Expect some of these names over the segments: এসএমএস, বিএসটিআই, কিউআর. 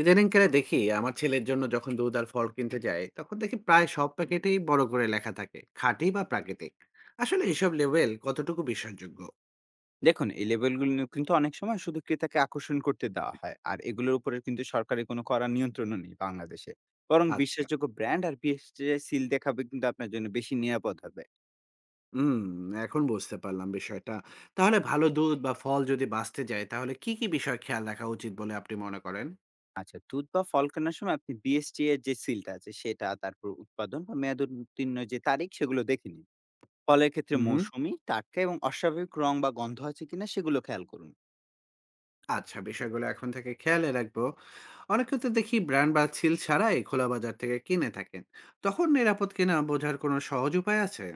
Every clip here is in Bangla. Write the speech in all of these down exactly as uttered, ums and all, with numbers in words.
ইদানিংকালে দেখি আমার ছেলের জন্য যখন দুধ আর ফল কিনতে যায় তখন দেখি প্রায় সব প্যাকেটেই বড় করে লেখা থাকে খাঁটি বা প্রাকৃতিক। আসলে এসব লেভেল কতটুকু বিশ্বাসযোগ্য? দেখুন, এই লেবেলগুলো কিন্তু অনেক সময় শুধু ক্রেতাকে আকর্ষণ করতে দেওয়া হয়, আর এগুলোর উপরে কিন্তু সরকারের কোনো কড়া নিয়ন্ত্রণও নেই বাংলাদেশে। বরং আচ্ছা। বিশ্বাসযোগ্য ব্র্যান্ড আর বিএসটিআই সিল দেখাবে কিন্তু আপনার জন্য বেশি নিরাপদ হবে। হুম। এখন বুঝতে পারলাম বিষয়টা। তাহলে ভালো দুধ বা ফল যদি বাঁচতে যায় তাহলে কি কি বিষয় খেয়াল রাখা উচিত বলে আপনি মনে করেন? আচ্ছা, দুধ বা ফল কেনার সময় আপনি বিএসটি এর যে সিলটা আছে সেটা, তারপর উৎপাদন বা মেয়াদ উত্তীর্ণ যে তারিখ সেগুলো দেখে নিন। ফলের ক্ষেত্রে হুম। মৌসুমি, টাটকা এবং অস্বাভাবিক রং বা গন্ধ আছে কিনা সেগুলো খেয়াল করুন। আচ্ছা, বিষয়গুলো এখন থেকে খেয়ালে রাখবো। অনেকে তো দেখি ব্র্যান্ড বা সিল ছাড়াই খোলা বাজার থেকে কিনে থাকেন। তখন নিরাপদ কিনা বোঝার কোনো সহজ উপায় আছে?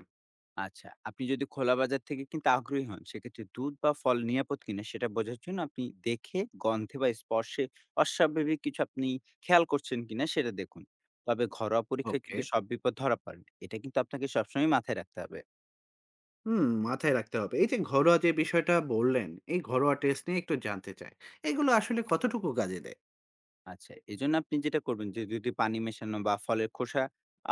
আচ্ছা, আপনি যদি খোলা বাজার থেকে কিনতে আগ্রহী হন, সেক্ষেত্রে দুধ বা ফল নিরাপদ কিনা সেটা বোঝার জন্য আপনি দেখে, গন্ধে বা স্পর্শে অস্বাভাবিক কিছু আপনি খেয়াল করছেন কিনা সেটা দেখুন। তবে ঘরোয়া পরীক্ষায় ওকে। কিন্তু সব বিপদ ধরা পড়ে না। এটা কিন্তু আপনাকে সবসময় মাথায় রাখতে হবে। হুম, মাথায় রাখতে হবে। এই যে ঘরোয়া যে বিষয়টা বললেন, এই ঘরোয়া টেস্ট নিয়ে একটু জানতে চাই। এগুলো আসলে কতটুকু কাজে দেয়? আচ্ছা, এজন্য আপনি যেটা করবেন যে যদি পানি মেশানো বা ফলের খোসা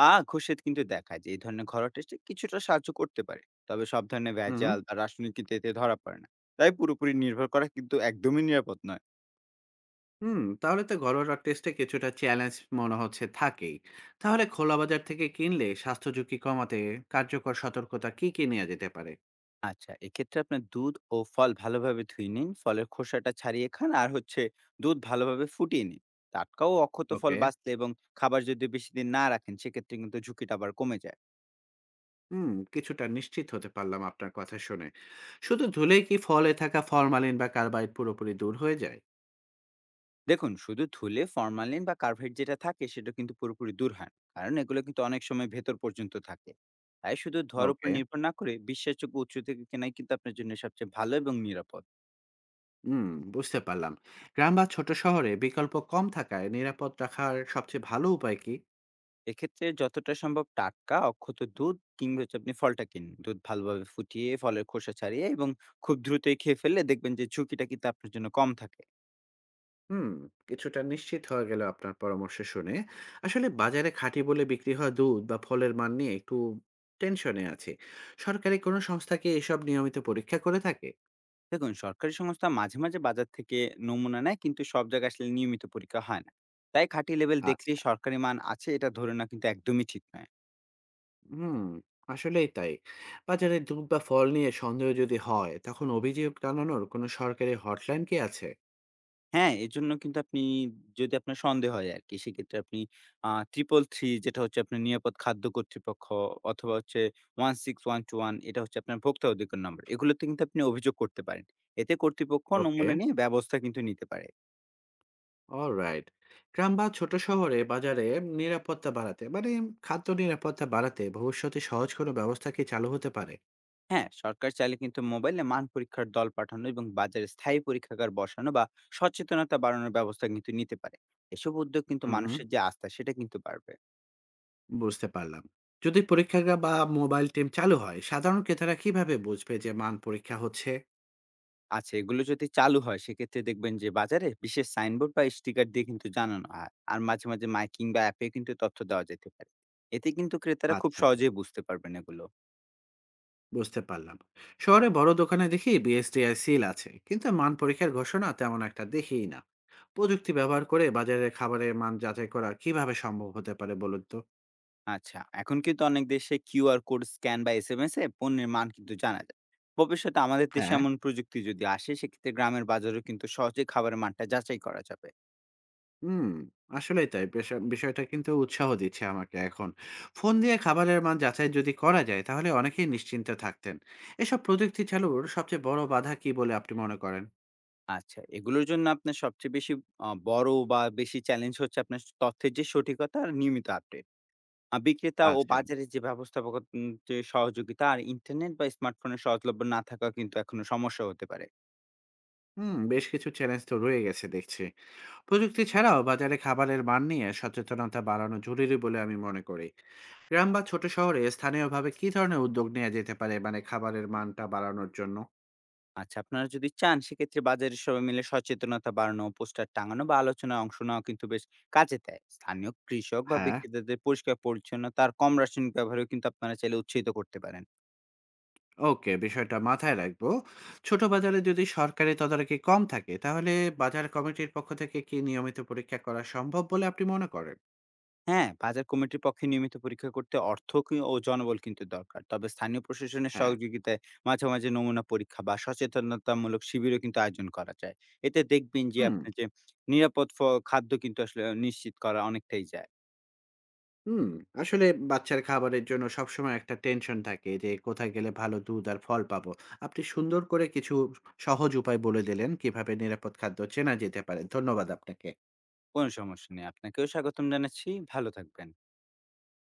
আ ঘষে কিন্তু দেখায় যে এই ধরনের ঘরোয়া টেস্টে কিছুটা সাহায্য করতে পারে। তবে সব ধরনের হুম। ভেজাল বা রাসায়নিক কিন্তু এতে ধরা পড়ে না। তাই পুরোপুরি নির্ভর করা কিন্তু একদমই নিরাপদ নয়। হুম, তাহলে তো ঘরোয়া টেস্টে কিছুটা চ্যালেঞ্জ মনে হচ্ছে থাকেই। তাহলে খোলা বাজার থেকে কিনলে স্বাস্থ্য ঝুঁকি কমাতে কার্যকর সতর্কতা কি, কি নেয়া যেতে পারে? আচ্ছা, এক্ষেত্রে আপনার দুধ ও ফল ভালোভাবে ধুয়ে নিন। ফলের খোসাটা ছাড়িয়ে খান আর হচ্ছে দুধ ভালোভাবে ফুটিয়ে নিন। টাটকা ও অক্ষত ফল ওকে। বাঁচলে এবং খাবার যদি বেশিদিন না রাখেন সেক্ষেত্রে কিন্তু ঝুঁকিটা আবার কমে যায়। হুম, কিছুটা নিশ্চিত হতে পারলাম আপনার কথা শুনে। শুধু ধুলেই কি ফলে থাকা ফরমালিন বা কার্বাইড পুরোপুরি দূর হয়ে যায়? দেখুন, শুধু ধুলে ফরমালিন বা কার্ভেট যেটা থাকে সেটা কিন্তু পুরোপুরি দূর হয় না। কারণ এগুলো কিন্তু অনেক সময় ভেতর পর্যন্ত থাকে। তাই শুধু ধোঁয়ার উপর ওকে। নির্ভর না করে বিশ্বাসযোগ্য উৎস থেকে কেনাই কিন্তু আপনার জন্য সবচেয়ে ভালো এবং নিরাপদ। হুম, বুঝতে পারলাম। গ্রাম বা ছোট শহরে বিকল্প কম থাকায় নিরাপদ রাখার সবচেয়ে ভালো উপায় কি? এক্ষেত্রে যতটা সম্ভব টাটকা অক্ষত দুধ কিংবা হচ্ছে আপনি ফলটা কিন, দুধ ভালোভাবে ফুটিয়ে ফলের খোসা ছাড়িয়ে এবং খুব দ্রুতই খেয়ে ফেললে দেখবেন যে ঝুঁকিটা কিন্তু আপনার জন্য কম থাকে। হুম, কিছুটা নিশ্চিত হয়ে গেল আপনার পরামর্শ শুনে। আসলে বাজারে খাঁটি বলে বিক্রি হওয়া দুধ বা ফলের মান নিয়ে একটু টেনশনে আছে। সরকারি কোনো সংস্থা কি এসব নিয়মিত পরীক্ষা করে থাকে? দেখুন, সরকারি সংস্থা মাঝে মাঝে বাজার থেকে নমুনা নেয়, কিন্তু সব জায়গায় আসলে নিয়মিত পরীক্ষা হয় না। তাই খাঁটি লেভেল দেখলে আচ্ছা। সরকারি মান আছে এটা ধরে না কিন্তু একদমই ঠিক নয়। হুম, আসলেই তাই। বাজারে দুধ বা ফল নিয়ে সন্দেহ যদি হয় তখন অভিযোগ জানানোর কোনো সরকারি হটলাইন কি আছে? হ্যাঁ, এজন্য কিন্তু আপনি যদি আপনার সন্দেহ হয় আরকি, সেক্ষেত্রে আপনি আ তিন তিন তিন যেটা হচ্ছে আপনার নিরাপদ খাদ্য কর্তৃপক্ষ, অথবা হচ্ছে এক ছয় এক দুই এক, এটা হচ্ছে আপনার ভোক্তা অধিকার নম্বর। এগুলোতে কিন্তু আপনি অভিযোগ করতে পারেন। এতে কর্তৃপক্ষ ওকে, নমুনা নিয়ে ব্যবস্থা কিন্তু নিতে পারে। অলরাইট। গ্রাম বা ছোট শহরে বাজারে নিরাপত্তা বাড়াতে মানে খাদ্য নিরাপত্তা বাড়াতে ভবিষ্যতে সহজ কোনো ব্যবস্থা কি চালু হতে পারে? হ্যাঁ, সরকার চাইলে কিন্তু মোবাইলে মান পরীক্ষার দল পাঠানো এবং বাজারে স্থায়ী পরীক্ষাগার বসানো বা সচেতনতা বাড়ানোর ব্যবস্থা কিন্তু নিতে পারে। এসব উদ্যোগ কিন্তু হুম হুম। মানুষের যে আস্থা সেটা কিন্তু বাড়বে। বুঝতে পারলাম। যদি পরীক্ষাগার বা মোবাইল টিম চালু হয়, সাধারণ ক্রেতারা কিভাবে বুঝবে যে মান পরীক্ষা হচ্ছে? আচ্ছা, এগুলো যদি চালু হয় সেক্ষেত্রে দেখবেন যে বাজারে বিশেষ সাইনবোর্ড বা স্টিকার দিয়ে কিন্তু জানানো হয়। আর মাঝে, মাঝে মাইকিং বা অ্যাপে কিন্তু তথ্য দেওয়া যেতে পারে। এতে কিন্তু ক্রেতারা খুব আচ্ছা, সহজেই বুঝতে পারবেন এগুলো। বুঝতে পারলাম। শহরে বড় দোকানে দেখি বিএসটিআই সিল আছে, কিন্তু মান পরীক্ষার ঘোষণা তেমন একটা দেখিই না। প্রযুক্তি ব্যবহার করে বাজারের খাবারের মান যাচাই করা কিভাবে সম্ভব হতে পারে বলুন তো? আচ্ছা, এখন কিন্তু অনেক দেশে কিউআর কোড স্ক্যান বা এসএমএস এ পণ্যের মান কিন্তু জানা যায়। ভবিষ্যতে আমাদের দেশে হ্যাঁ। এমন প্রযুক্তি যদি আসে সেক্ষেত্রে গ্রামের বাজারেও কিন্তু সহজে খাবারের মানটা যাচাই করা যাবে। হুম, আসলেই তাই। বেশ বিষয়টা কিন্তু উৎসাহ দিচ্ছে আমাকে এখন। ফোন দিয়ে খাবারের মান যাচাই যদি করা যায়, তাহলে অনেকেই নিশ্চিন্তে থাকতেন। এসব প্রযুক্তি চালুর সবচেয়ে বড় বাধা কী বলে আপনি মনে করেন? আচ্ছা, এগুলোর জন্য আপনার সবচেয়ে বেশি আ বড় বা বেশি চ্যালেঞ্জ হচ্ছে আপনার তথ্যের যে সঠিকতা আর নিয়মিত আপডেট। আ বিক্রেতা ও আচ্ছা। বাজারে যে ব্যবস্থাপক উম যে সহযোগিতা আর ইন্টারনেট বা স্মার্টফোনের সহজলভ্য না থাকা কিন্তু এখনো সমস্যা হতে পারে। হুম, বেশ কিছু চ্যালেঞ্জ তো রয়ে গেছে দেখছি। প্রযুক্তি ছাড়াও বাজারে খাবারের মান নিয়ে সচেতনতা বাড়ানো জরুরি বলে আমি মনে করি। গ্রাম বা ছোট শহরে স্থানীয়ভাবে কী ধরনের উদ্যোগ নেওয়া যেতে পারে মানে খাবারের মানটা বাড়ানোর জন্য? আচ্ছা, আপনারা যদি চান সেক্ষেত্রে বাজারে সবাই মিলে সচেতনতা বাড়ানো, পোস্টার টাঙানো বা আলোচনায় অংশ নেওয়া কিন্তু বেশ কাজে দেয়। স্থানীয় কৃষক বা হ্যাঁ। বিক্রেতাদের পরিষ্কার পরিচ্ছন্নতা আর কম রাসায়নিক ব্যবহারেও কিন্তু আপনারা চাইলে উৎসাহিত করতে পারেন। ওকে, বিষয়টা মাথায় রাখবো। ছোট বাজারে যদি সরকারি তদারকি কম থাকে, তাহলে বাজার কমিটির পক্ষ থেকে কি নিয়মিত পরীক্ষা করা সম্ভব বলে আপনি মনে করেন? হ্যাঁ, বাজার কমিটির পক্ষে নিয়মিত পরীক্ষা করতে অর্থ কি ও জনবল কিন্তু দরকার। তবে স্থানীয় প্রশাসনের হ্যাঁ। সহযোগিতায় মাঝে, মাঝে নমুনা পরীক্ষা বা সচেতনতামূলক শিবিরও কিন্তু আয়োজন করা যায়। এতে দেখবেন যে হুম, আপনার যে নিরাপদ ফ খাদ্য কিন্তু আসলে নিশ্চিত করা অনেকটাই যায়। হুম। আসলে বাচ্চার খাবারের জন্য সবসময় একটা টেনশন থাকে যে কোথায় গেলে ভালো দুধ আর ফল পাবো। আপনি সুন্দর করে কিছু সহজ উপায় বলে দিলেন কিভাবে নিরাপদ খাদ্য চেনা যেতে পারে। ধন্যবাদ আপনাকে। কোনো সমস্যা নেই। আপনাকেও স্বাগতম জানাচ্ছি। ভালো থাকবেন।